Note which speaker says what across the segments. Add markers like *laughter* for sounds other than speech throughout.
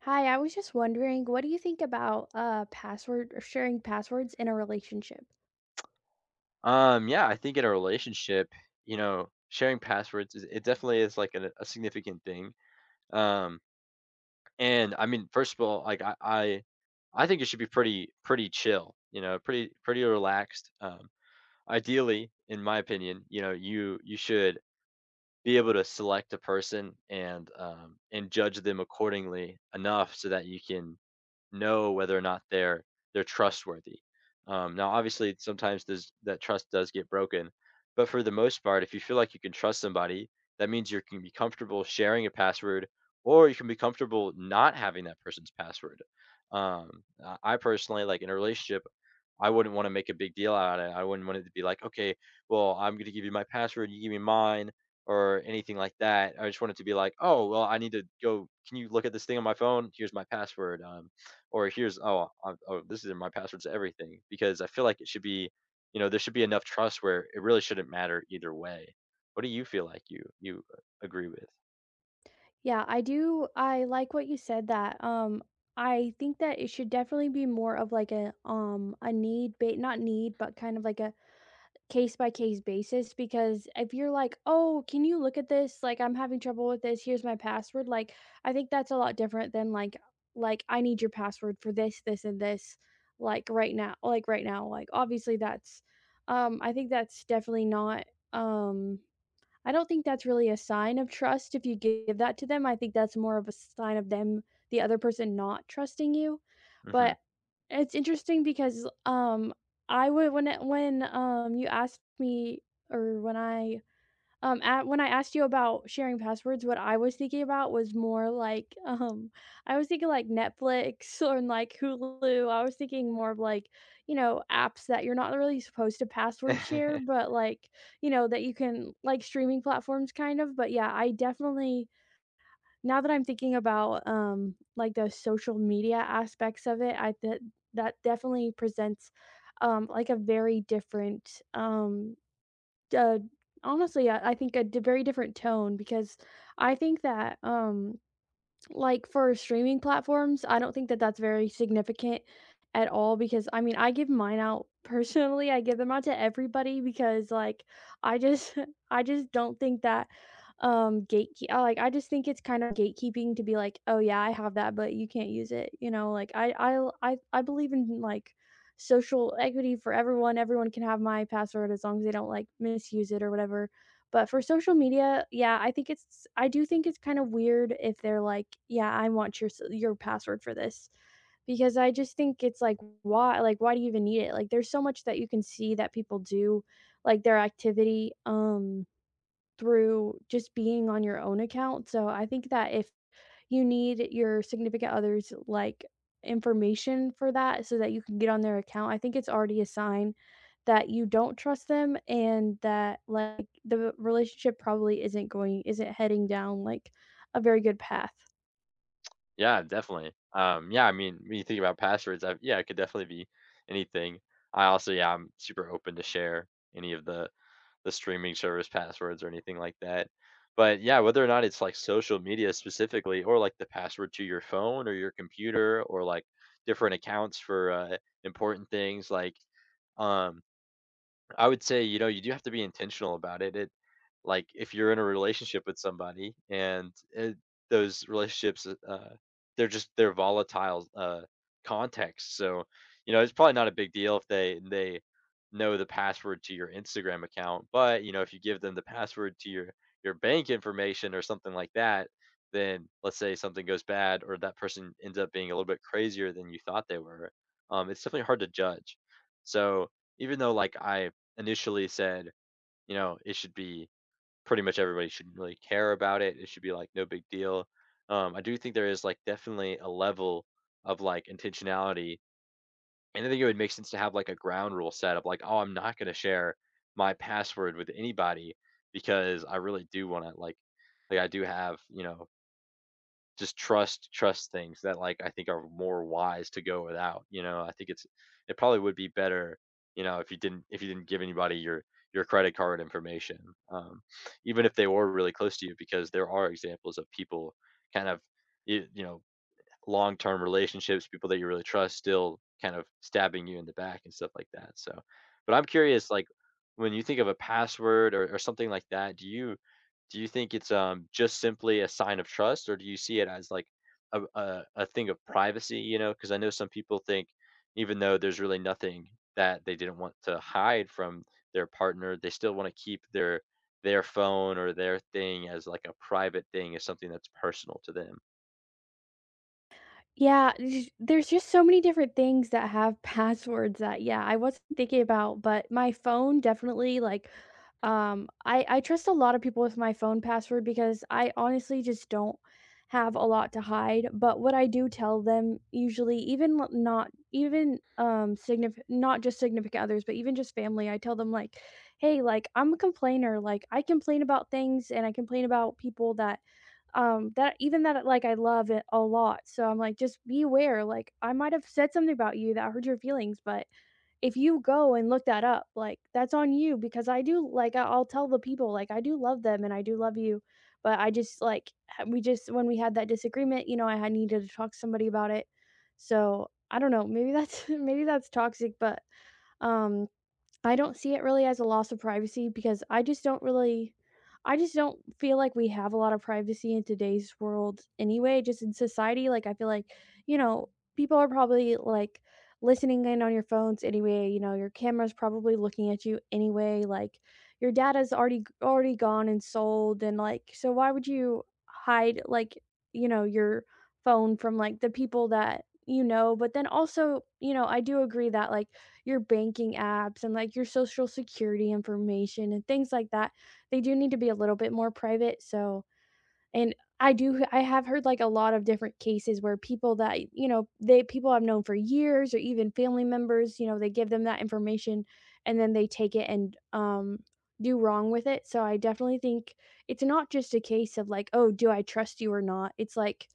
Speaker 1: Hi, I was just wondering, what do you think about password or sharing passwords in a relationship?
Speaker 2: Yeah, I think in a relationship, sharing passwords is it definitely is like a significant thing. Um, and I mean, first of all, like I think it should be pretty chill. Pretty relaxed. Ideally, in my opinion, you should be able to select a person and judge them accordingly enough so that you can know whether or not they're trustworthy. Now, obviously, sometimes that trust does get broken, but for the most part, if you feel like you can trust somebody, that means you can be comfortable sharing a password, or you can be comfortable not having that person's password. I personally, like in a relationship, I wouldn't want to make a big deal out of it. I wouldn't want it to be like, okay, well, I'm going to give you my password, you give me mine, or anything like that. I just want it to be like, oh, well, I need to go. Can you look at this thing on my phone? Here's my password. Or here's, oh, I oh, this is my password to everything. Because I feel like it should be, there should be enough trust where it really shouldn't matter either way. What do you feel like you agree with?
Speaker 1: Yeah, I like what you said that I think that it should definitely be more of like a need ba not need, but kind of like a case by case basis because if you're like, "Oh, can you look at this? Like, I'm having trouble with this. Here's my password." Like, I think that's a lot different than like I need your password for this, this, and this, like right now, like right now. Like obviously that's I think that's definitely not um I don't think that's really a sign of trust if you give that to them. I think that's more of a sign of the other person not trusting you. But it's interesting because, I would when it when, you asked me or when I at when I asked you about sharing passwords, what I was thinking about was more like, *laughs* I was thinking like Netflix or like Hulu. I was thinking more of like, you know, apps that you're not really supposed to password share,
Speaker 2: Hmm. *laughs*
Speaker 1: but like, you know, that you can like streaming platforms kind of. But yeah, I definitely now that I'm thinking about like the social media aspects of it, I that that definitely presents like a very different uh, honestly, I think a d very different tone because I think that, like, for streaming platforms, I don't think that that's very significant at all because, I mean, I give mine out *laughs* personally, I give them out to everybody because, like, I just *laughs* I just don't think that, gatekeep like, I just think it's kind of gatekeeping to be like, "Oh, yeah, I have that, but you can't use it," you know? Like, I believe in, like, social equity for everyone, everyone can have my password as long as they don't, like, misuse it or whatever. But for social media, yeah, I do think it's kind of weird if they're like, "Yeah, I want your s your password for this," because I just think it's like, why do you even need it? Like, there's so much that you can see that people do, like, their activity, through just being on your own account, so I think that if you need your significant other's, like, information for that so that you can get on their account. I think it's already a sign that you don't trust them and that, like, the relationship probably isn't heading down, like, a very good path.
Speaker 2: Yeah, definitely. Yeah, I mean, when you think about passwords, yeah, it could definitely be anything. I also, yeah, I'm super open to share any of the streaming service passwords or anything like that. But yeah, whether or not it's like social media specifically, or like the password to your phone or your computer, or like different accounts for important things, um, I would say, you do have to be intentional about it. Like if you're in a relationship with somebody and those relationships they're volatile contexts. So, it's probably not a big deal if they know the password to your Instagram account, but if you give them the password to your bank information or something like that, then let's say something goes bad or that person ends up being a little bit crazier than you thought they were. It's definitely hard to judge. So, even though like I initially said, you know, it should be pretty much everybody shouldn't really care about it. It should be like no big deal. I do think there is like definitely a level of like intentionality. And I think it would make sense to have like a ground rule set up like, oh, I'm not going to share my password with anybody because I really do want to like I do have, just trust things that, like, I think are more wise to go without, you know? I think it probably would be better, if you didn't give anybody your credit card information, um, even if they were really close to you because there are examples of people kind of, you know, long-term relationships, people that you really trust still kind of stabbing you in the back and stuff like that. So, but I'm curious, like when you think of a password or something like that, do you think it's just simply a sign of trust, or do you see it as like a thing of privacy? Because I know some people think even though there's really nothing that they didn't want to hide from their partner, they still want to keep their phone or their thing as like a private thing, as something that's personal to them.
Speaker 1: Yeah, there's just so many different things that have *laughs* passwords that, yeah, I wasn't thinking about, but my phone definitely, like, I trust a lot of people with my phone password because I honestly just don't have a lot to hide. But what I do tell them usually, even not even significant, not just significant others, but even just family, I tell them like, hey, like I'm a complainer. Like I complain about things and I complain about people that that even that like, I love it a lot, so I'm like, "Just be aware, like, I might have said something about you that hurt your feelings, but if you go and look that up, like, that's on you," because I do like, I'll tell the people, like, "I do love them and I do love you," but I just, like, ha we just when we had that disagreement, you know, I had needed to talk to somebody about it. So, I don't know, maybe that's *laughs* maybe that's toxic, but, um I don't see it really as a loss of privacy because I just don't feel like we have a lot of privacy in today's world anyway, just in society, like, I feel like, you know, people are probably, like, listening in on your phones anyway, you know, your camera's probably looking at you anyway, like, your data's already gone and sold and, like, so why would you hide, like, you know, your phone from, like, the people that you know? But then also, you know, I do agree that, like, your banking apps and like your social security information and things like that. They do need to be a little bit more private. So, and I do, I have heard like a lot of different cases where people that, you know, people I've known for years or even family members, you know, they give them that information and then they take it and, do wrong with it. So I definitely think it's not just a case of like, oh, do I trust you or not?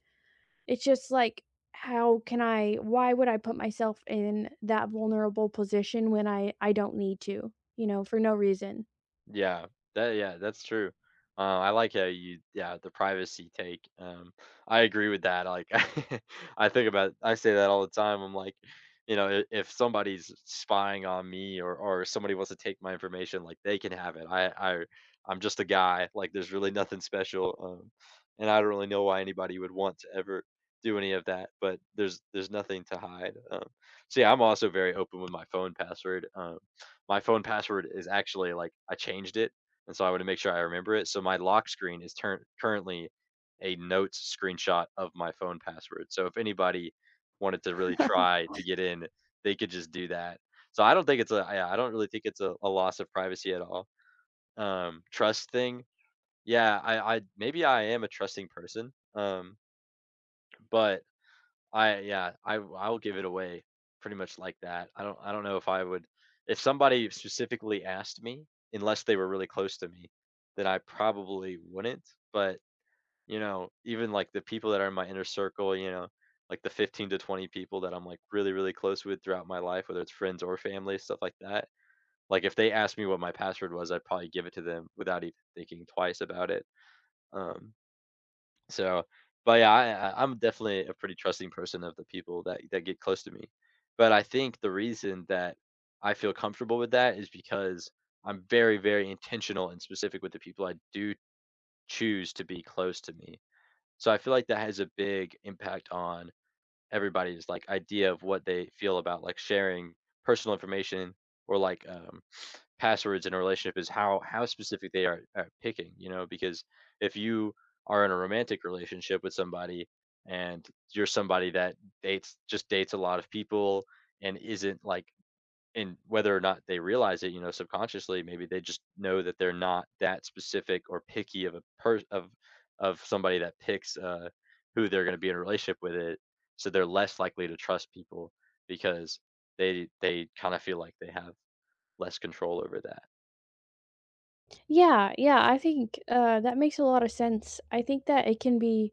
Speaker 1: It's just like, how can I why would I put myself in that vulnerable position when I don't need to, you know, for no reason.
Speaker 2: Yeah, that yeah, that's true. I like how you Yeah, the privacy take. I agree with that. Like *laughs* I think about I say that all the time. I'm like, if somebody's spying on me or somebody wants to take my information, like they can have it. I I'm just a guy. Like there's really nothing special. Um, and I don't really know why anybody would want to ever do any of that, but there's nothing to hide. So yeah, I'm also very open with my phone password. My phone password is actually like I changed it, and so I want to make sure I remember it. So my lock screen is turn currently a notes screenshot of my phone password. So if anybody wanted to really try to get in, they could just do that. So I don't really think it's a loss of privacy at all. Trust thing, yeah, I maybe I am a trusting person, but I yeah, I will give it away pretty much like that. I don't know if I would if somebody specifically asked me, unless they were really close to me, then I probably wouldn't, but, even, like, the people that are in my inner circle, like, the 15 to 20 people that I'm, like, really, really close with throughout my life, whether it's friends or family, stuff like that, like, if they asked me what my password was, I'd probably give it to them without even thinking twice about it, um so, but yeah, I'm definitely a pretty trusting person of the people that get close to me. But I think the reason that I feel comfortable with that is because I'm very, very intentional and specific with the people I do choose to be close to me. So I feel like that has a big impact on everybody's like idea of what they feel about like sharing personal information or like passwords in a relationship is how specific they are at picking, because if you are in a romantic relationship with somebody and you're somebody that dates a lot of people and isn't like and whether or not they realize it, subconsciously, maybe they just know that they're not that specific or picky of a per of somebody that picks who they're going to be in a relationship with it. So they're less likely to trust people because they kind of feel like they have less control over that.
Speaker 1: Yeah, yeah, I think, that makes a lot of sense. I think that it can be,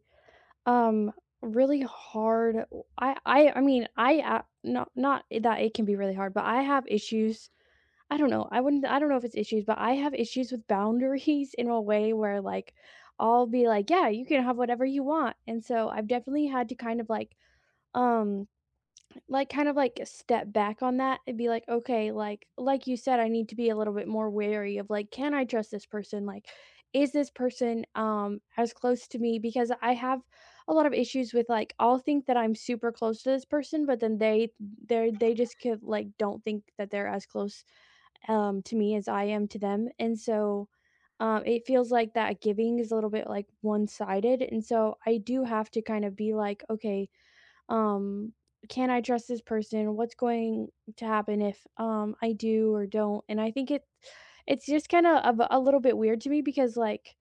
Speaker 1: um, really hard I I I mean, I a not not that it can be really hard, but I have issues. I don't know, I don't know if it's issues, but I have issues with boundaries in a way where, like, I'll be like, "Yeah, you can have whatever you want," and so I've definitely had to kind of, Um, like, kind of, like, step back on that and be like, "Okay," like you said, I need to be a little bit more wary of, like, "Can I trust this person?" Like, "Is this person, as close to me?" Because I have a lot of issues with, like, I'll think that I'm super close to this person, but then they just don't think that they're as close, to me as I am to them, and so, it feels like that giving is a little bit, like, one-sided, and so I do have to kind of be like, "Okay, um, can I trust this person? What's going to happen if I do or don't? And I think it's just kind of a little bit weird to me because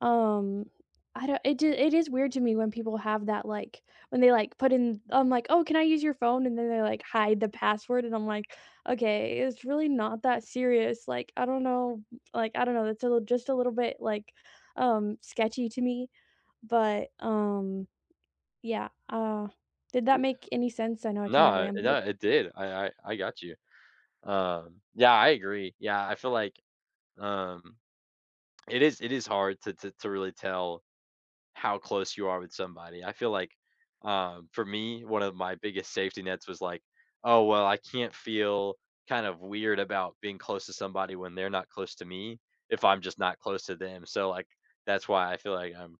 Speaker 1: um I don't it is weird to me when people have that when they like put in I'm like, "Oh, can I use your phone?" and then they like hide the password and I'm like, "Okay, it's really not that serious." Like, I don't know, like I don't know, that's a little, just a little bit like sketchy to me, but yeah, did that make any sense? I know I kinda
Speaker 2: No, no,
Speaker 1: rambled.
Speaker 2: it did. I got you. Yeah, I agree. Yeah, I feel like um, it is hard to really tell how close you are with somebody. I feel like for me, one of my biggest safety nets was like, oh well, I can't feel kind of weird about being close to somebody when they're not close to me if I'm just not close to them. So like that's why I feel like I'm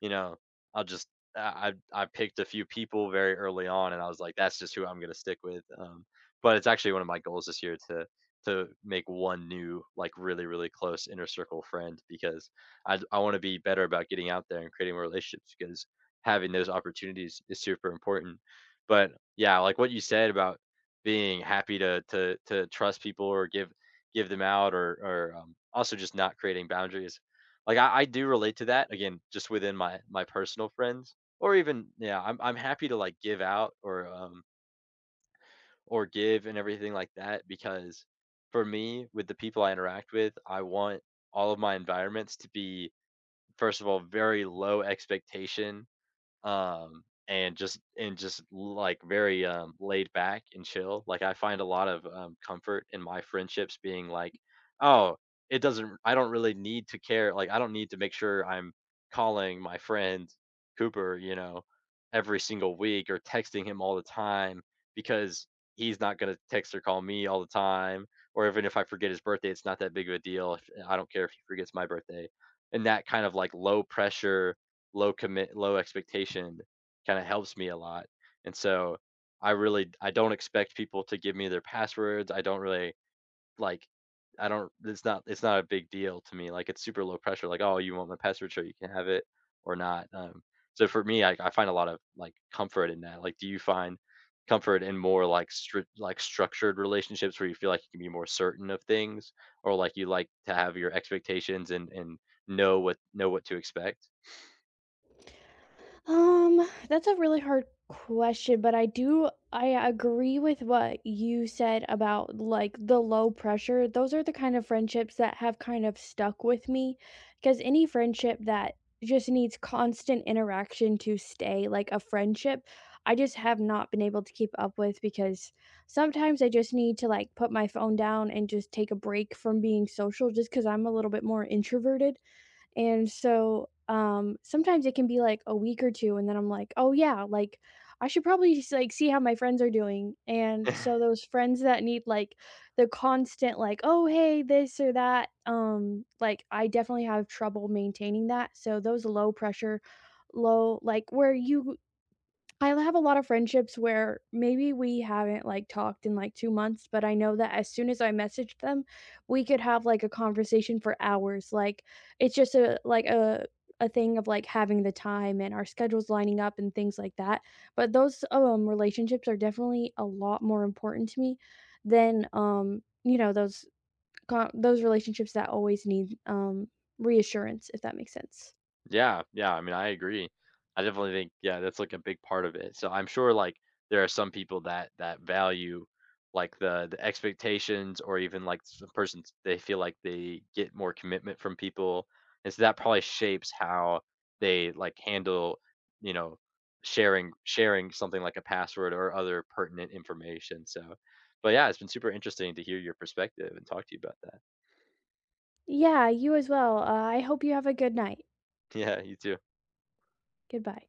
Speaker 2: you know, I'll just I picked a few people very early on, and I was like, "That's just who I'm gonna stick with." But it's actually one of my goals this year to make one new, like, really, really close inner circle friend because I wanna be better about getting out there and creating relationships because having those opportunities is super important. But, yeah, like what you said about being happy to trust people or give them out or also just not creating boundaries. Like I do relate to that again, just within my personal friends, or even yeah, I'm happy to like give out or give and everything like that because for me with the people I interact with, I want all of my environments to be first of all very low expectation, and just like very laid back and chill. Like I find a lot of comfort in my friendships being like, oh, it doesn't. I don't really need to care. Like I don't need to make sure I'm calling my friend Cooper, every single week or texting him all the time because he's not going to text or call me all the time. Or even if I forget his birthday, it's not that big of a deal. I don't care if he forgets my birthday. And that kind of like low pressure, low commit, low expectation kind of helps me a lot. And so I don't expect people to give me their passwords. I don't really like I don't It's not a big deal to me. Like it's super low pressure. Like, oh, you want my password, sure you can have it or not. So for me I find a lot of like comfort in that. Like do you find comfort in more like like structured relationships where you feel like you can be more certain of things or like you like to have your expectations and know what to expect?
Speaker 1: That's a really hard question, but I agree with what you said about, like, the low pressure. Those are the kind of friendships that have kind of stuck with me, because any friendship that just needs constant interaction to stay, like a friendship, I just have not been able to keep up with because sometimes I just need to, like, put my phone down and just take a break from being social just because 'cause I'm a little bit more introverted. And so, sometimes it can be like a week or 2, and then I'm like, "Oh, yeah, like, I should probably just, like, see how my friends are doing." And
Speaker 2: *laughs*
Speaker 1: so those friends that need, like, the constant, like, "Oh, hey, this or that," like, I definitely have trouble maintaining that. So those low pressure, low like, where you I have a lot of friendships where maybe we haven't, like, talked in, like, 2 months, but I know that as soon as I messaged them, we could have, like, a conversation for hours, like, it's just a like, a thing of, like, having the time and our schedules lining up and things like that, but those, relationships are definitely a lot more important to me than, you know, those co those relationships that always need, reassurance, if that makes sense.
Speaker 2: Yeah, yeah, I mean, I agree. I definitely think, yeah, that's like a big part of it. So I'm sure like there are some people that value like the expectations or even like some persons they feel like they get more commitment from people. And so that probably shapes how they like handle, you know, sharing something like a password or other pertinent information. So but yeah, it's been super interesting to hear your perspective and talk to you about that.
Speaker 1: Yeah, you as well, I hope you have a good night.
Speaker 2: *laughs* Yeah, you too.
Speaker 1: Goodbye.